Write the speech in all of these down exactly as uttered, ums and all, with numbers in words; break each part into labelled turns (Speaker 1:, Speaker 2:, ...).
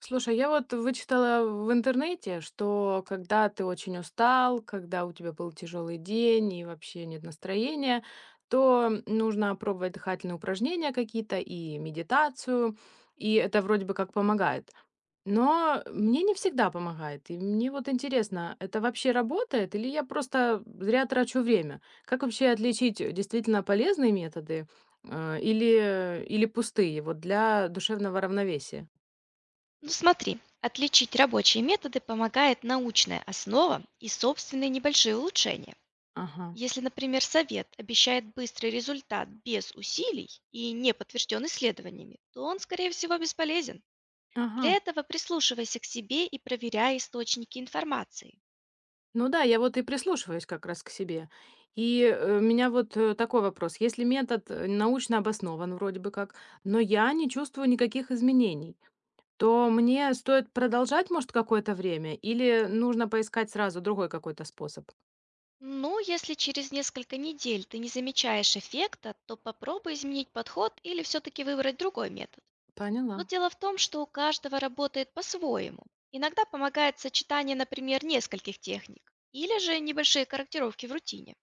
Speaker 1: Слушай, я вот вычитала в интернете, что когда ты очень устал, когда у тебя был тяжелый день и вообще нет настроения, то нужно пробовать дыхательные упражнения какие-то и медитацию, и это вроде бы как помогает. Но мне не всегда помогает. И мне вот интересно, это вообще работает или я просто зря трачу время? Как вообще отличить э, действительно полезные методы э, или, э, или пустые вот для душевного равновесия?
Speaker 2: Ну смотри, отличить рабочие методы помогает научная основа и собственные небольшие улучшения.
Speaker 1: Ага.
Speaker 2: Если, например, совет обещает быстрый результат без усилий и не подтвержден исследованиями, то он, скорее всего, бесполезен. Для
Speaker 1: Ага.
Speaker 2: этого прислушивайся к себе и проверяй источники информации.
Speaker 1: Ну да, я вот и прислушиваюсь как раз к себе. И э, у меня вот э, такой вопрос. Если метод э, научно обоснован вроде бы как, но я не чувствую никаких изменений, то мне стоит продолжать, может, какое-то время, или нужно поискать сразу другой какой-то способ?
Speaker 2: Ну, если через несколько недель ты не замечаешь эффекта, то попробуй изменить подход или все-таки выбрать другой метод.
Speaker 1: Поняла.
Speaker 2: Но дело в том, что у каждого работает по-своему. Иногда помогает сочетание, например, нескольких техник или же небольшие корректировки в рутине.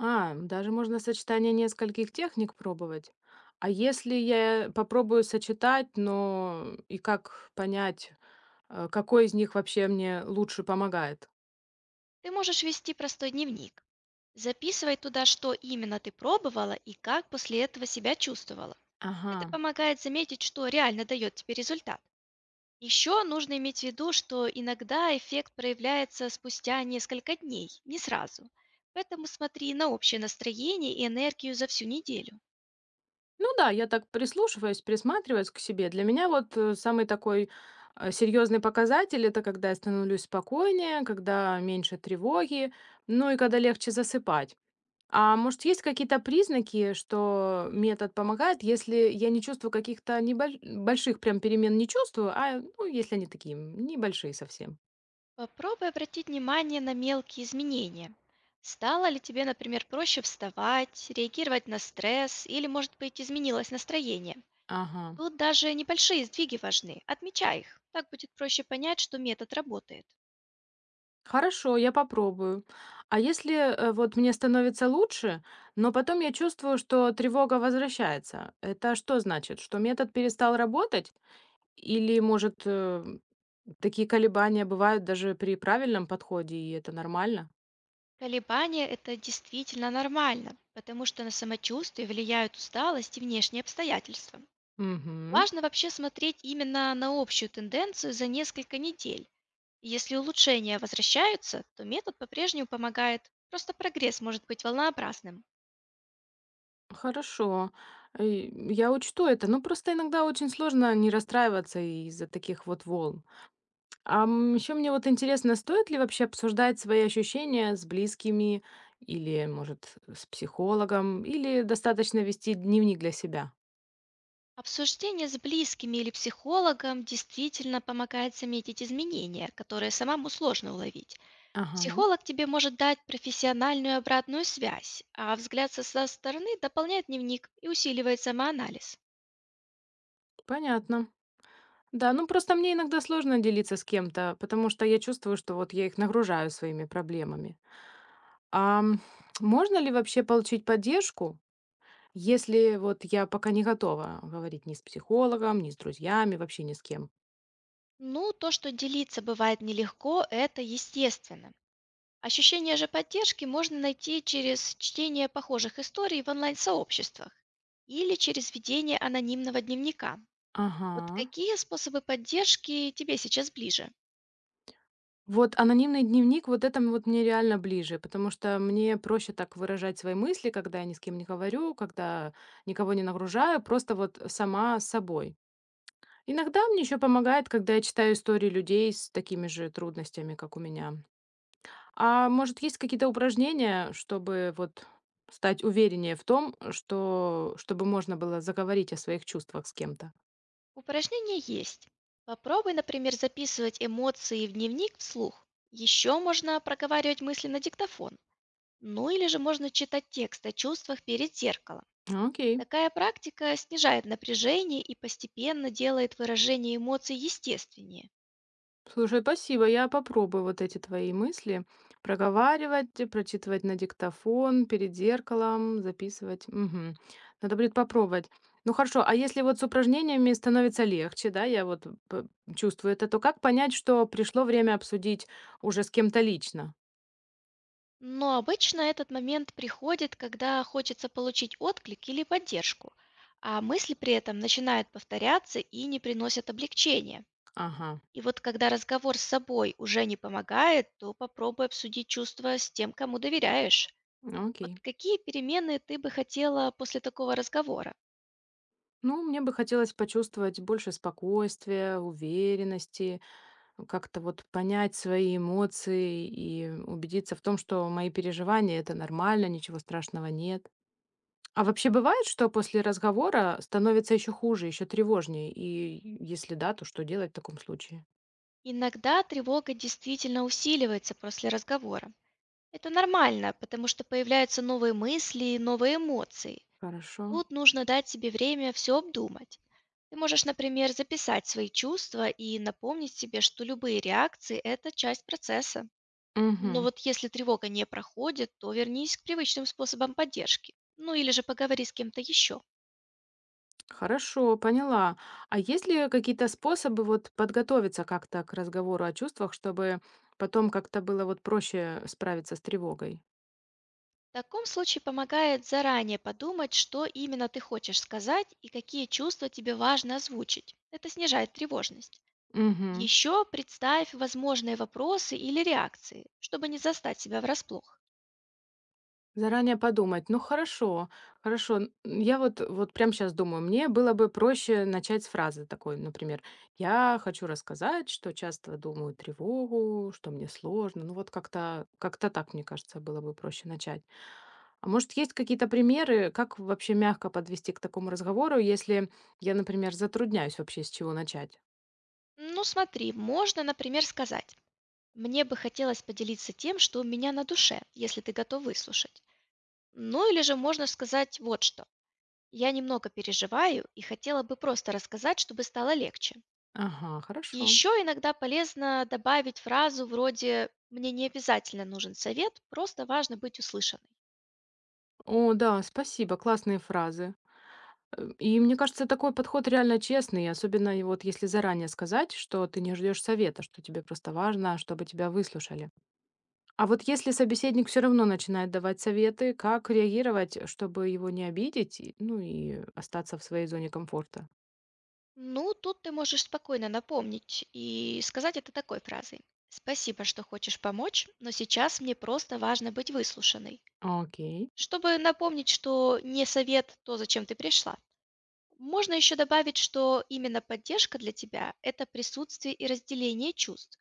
Speaker 1: А, даже можно сочетание нескольких техник пробовать. А если я попробую сочетать, но и как понять, э, какой из них вообще мне лучше помогает?
Speaker 2: Ты можешь вести простой дневник. Записывай туда, что именно ты пробовала и как после этого себя чувствовала. Это
Speaker 1: Ага.
Speaker 2: помогает заметить, что реально дает тебе результат. Еще нужно иметь в виду, что иногда эффект проявляется спустя несколько дней, не сразу. Поэтому смотри на общее настроение и энергию за всю неделю.
Speaker 1: Ну да, я так прислушиваюсь, присматриваюсь к себе. Для меня вот э, самый такой э, серьезный показатель это когда я становлюсь спокойнее, когда меньше тревоги, ну и когда легче засыпать. А может, есть какие-то признаки, что метод помогает, если я не чувствую каких-то небольших, больших прям перемен не чувствую, а ну, если они такие м, небольшие совсем.
Speaker 2: Попробуй обратить внимание на мелкие изменения. Стало ли тебе, например, проще вставать, реагировать на стресс или, может быть, изменилось настроение?
Speaker 1: Ага.
Speaker 2: Тут даже небольшие сдвиги важны. Отмечай их. Так будет проще понять, что метод работает.
Speaker 1: Хорошо, я попробую. А если э, вот мне становится лучше, но потом я чувствую, что тревога возвращается, это что значит? Что метод перестал работать? Или, может, э, такие колебания бывают даже при правильном подходе, и это нормально?
Speaker 2: Колебания– это действительно нормально, потому что на самочувствие влияют усталость и внешние обстоятельства.
Speaker 1: Угу.
Speaker 2: Важно вообще смотреть именно на общую тенденцию за несколько недель. Если улучшения возвращаются, то метод по-прежнему помогает, просто прогресс может быть волнообразным.
Speaker 1: Хорошо. Э, Я учту это. Ну, просто иногда очень сложно не расстраиваться из-за таких вот волн. А еще мне вот интересно, стоит ли вообще обсуждать свои ощущения с близкими или, может, с психологом, или достаточно вести дневник для себя?
Speaker 2: Обсуждение с близкими или психологом действительно помогает заметить изменения, которые самому сложно уловить.
Speaker 1: Ага,
Speaker 2: Психолог тебе может дать профессиональную обратную связь, а взгляд со со стороны дополняет дневник и усиливает самоанализ.
Speaker 1: понятно. Да, ну просто мне иногда сложно делиться с кем-то, потому что я чувствую, что вот я их нагружаю своими проблемами. А м, Можно ли вообще получить поддержку, если вот я пока не готова говорить ни с психологом, ни с друзьями, вообще ни с кем?
Speaker 2: Ну, то, что делиться бывает нелегко, это естественно. Ощущение же поддержки можно найти через чтение похожих историй в онлайн-сообществах или через ведение анонимного дневника.
Speaker 1: Ага.
Speaker 2: Вот какие способы поддержки тебе сейчас ближе?
Speaker 1: Вот анонимный дневник, вот это м вот мне реально ближе, потому что мне проще так выражать свои мысли, когда я ни с кем не говорю, когда никого не нагружаю, просто вот сама с собой. Иногда мне еще помогает, когда я читаю истории людей с такими же трудностями, как у меня. А может, есть какие-то упражнения, чтобы вот стать увереннее в том, что чтобы можно было заговорить о своих чувствах с кем-то?
Speaker 2: Упражнения есть. Попробуй, например, записывать эмоции в дневник вслух. Еще можно проговаривать мысли на диктофон. Ну или же можно читать текст о чувствах перед зеркалом.
Speaker 1: А, окей.
Speaker 2: Такая практика снижает напряжение и постепенно делает выражение эмоций естественнее.
Speaker 1: Слушай, спасибо. Я попробую вот эти твои мысли проговаривать, э, прочитывать на диктофон, перед зеркалом, записывать. Мгм. Надо будет попробовать. Ну хорошо, а если вот с упражнениями становится легче, да, я вот п- чувствую это, то как понять, что пришло время обсудить уже с кем-то лично?
Speaker 2: Но обычно этот момент приходит, когда хочется получить отклик или поддержку, а мысли при этом начинают повторяться и не приносят облегчения.
Speaker 1: Ага,
Speaker 2: И вот когда разговор с собой уже не помогает, то попробуй обсудить чувства с тем, кому доверяешь. Вот
Speaker 1: окей.
Speaker 2: какие перемены ты бы хотела после такого разговора?
Speaker 1: Ну, мне бы хотелось почувствовать больше спокойствия, уверенности, как-то вот понять свои эмоции и убедиться в том, что мои переживания — это нормально, ничего страшного нет. А вообще бывает, что после разговора становится еще хуже, еще тревожнее? И если да, то что делать в таком случае?
Speaker 2: Иногда тревога действительно усиливается после разговора. Это нормально, потому что появляются новые мысли и новые эмоции.
Speaker 1: Хорошо.
Speaker 2: Тут нужно дать себе время все обдумать. Ты можешь, например, записать свои чувства и напомнить себе, что любые реакции– это часть процесса. Но
Speaker 1: Мгм.
Speaker 2: вот если тревога не проходит, то вернись к привычным способам поддержки. Ну или же поговори с кем-то еще.
Speaker 1: Хорошо, поняла. А есть ли какие-то способы вот подготовиться как-то к разговору о чувствах, чтобы потом как-то было вот проще справиться с тревогой?
Speaker 2: В таком случае помогает заранее подумать, что именно ты хочешь сказать и какие чувства тебе важно озвучить. Это снижает тревожность.
Speaker 1: Мгм.
Speaker 2: Еще представь возможные вопросы или реакции, чтобы не застать себя врасплох.
Speaker 1: Заранее подумать. Ну хорошо, хорошо. Н- Я вот, вот прямо сейчас думаю, мне было бы проще начать с фразы такой, например, я хочу рассказать, что часто думаю тревогу, что мне сложно. Ну вот как-то как-то так, мне кажется, было бы проще начать. А может, есть какие-то примеры, как вообще мягко подвести к такому разговору, если я, например, затрудняюсь вообще с чего начать?
Speaker 2: Ну смотри, можно, например, сказать, мне бы хотелось поделиться тем, что у меня на душе, если ты готов выслушать. Ну или же можно сказать вот что. Я немного переживаю и хотела бы просто рассказать, чтобы стало легче.
Speaker 1: Ага,
Speaker 2: И
Speaker 1: хорошо.
Speaker 2: еще иногда полезно добавить фразу вроде «Мне не обязательно нужен совет, просто важно быть услышанной».
Speaker 1: О, да, спасибо, классные фразы. Э, И мне кажется, такой подход реально честный, особенно и вот если заранее сказать, что ты не ждешь совета, что тебе просто важно, чтобы тебя выслушали. А вот если собеседник все равно начинает давать советы, как реагировать, чтобы его не обидеть, и- ну и остаться в своей зоне комфорта?
Speaker 2: Ну, тут ты можешь спокойно напомнить и сказать это такой фразой. Спасибо, что хочешь помочь, но сейчас мне просто важно быть выслушанной.
Speaker 1: Окей.
Speaker 2: Чтобы напомнить, что не совет то, зачем ты пришла. Можно еще добавить, что именно поддержка для тебя– это присутствие и разделение чувств.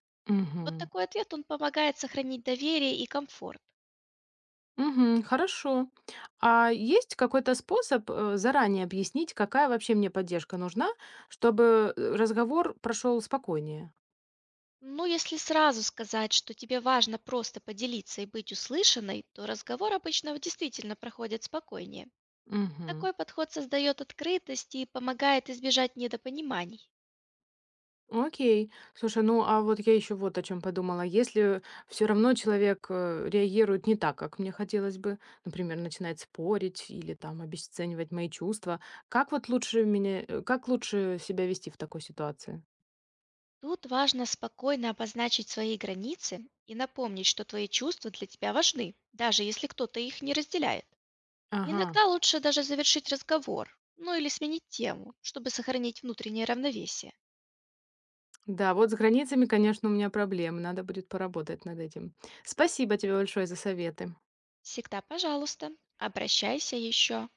Speaker 2: Вот
Speaker 1: Мгм.
Speaker 2: такой ответ, он помогает сохранить доверие и комфорт.
Speaker 1: Мгм. Хорошо. А есть какой-то способ э, заранее объяснить, какая вообще мне поддержка нужна, чтобы э, разговор прошел спокойнее?
Speaker 2: Ну, если сразу сказать, что тебе важно просто поделиться и быть услышанной, то разговор обычно действительно проходит спокойнее.
Speaker 1: Мгм.
Speaker 2: Такой подход создает открытость и помогает избежать недопониманий.
Speaker 1: Ну, окей. Слушай, ну а вот я еще вот о чем подумала. Если все равно человек э, реагирует не так, как мне хотелось бы, например, начинает спорить или там обесценивать мои чувства, как вот лучше меня, э, как лучше себя вести в такой ситуации?
Speaker 2: Тут важно спокойно обозначить свои границы и напомнить, что твои чувства для тебя важны, даже если кто-то их не разделяет.
Speaker 1: Ага.
Speaker 2: Иногда лучше даже завершить разговор, ну или сменить тему, чтобы сохранить внутреннее равновесие.
Speaker 1: Да, вот с границами, конечно, у меня проблемы. Надо будет поработать над этим. Спасибо тебе большое за советы.
Speaker 2: Всегда, пожалуйста, обращайся еще.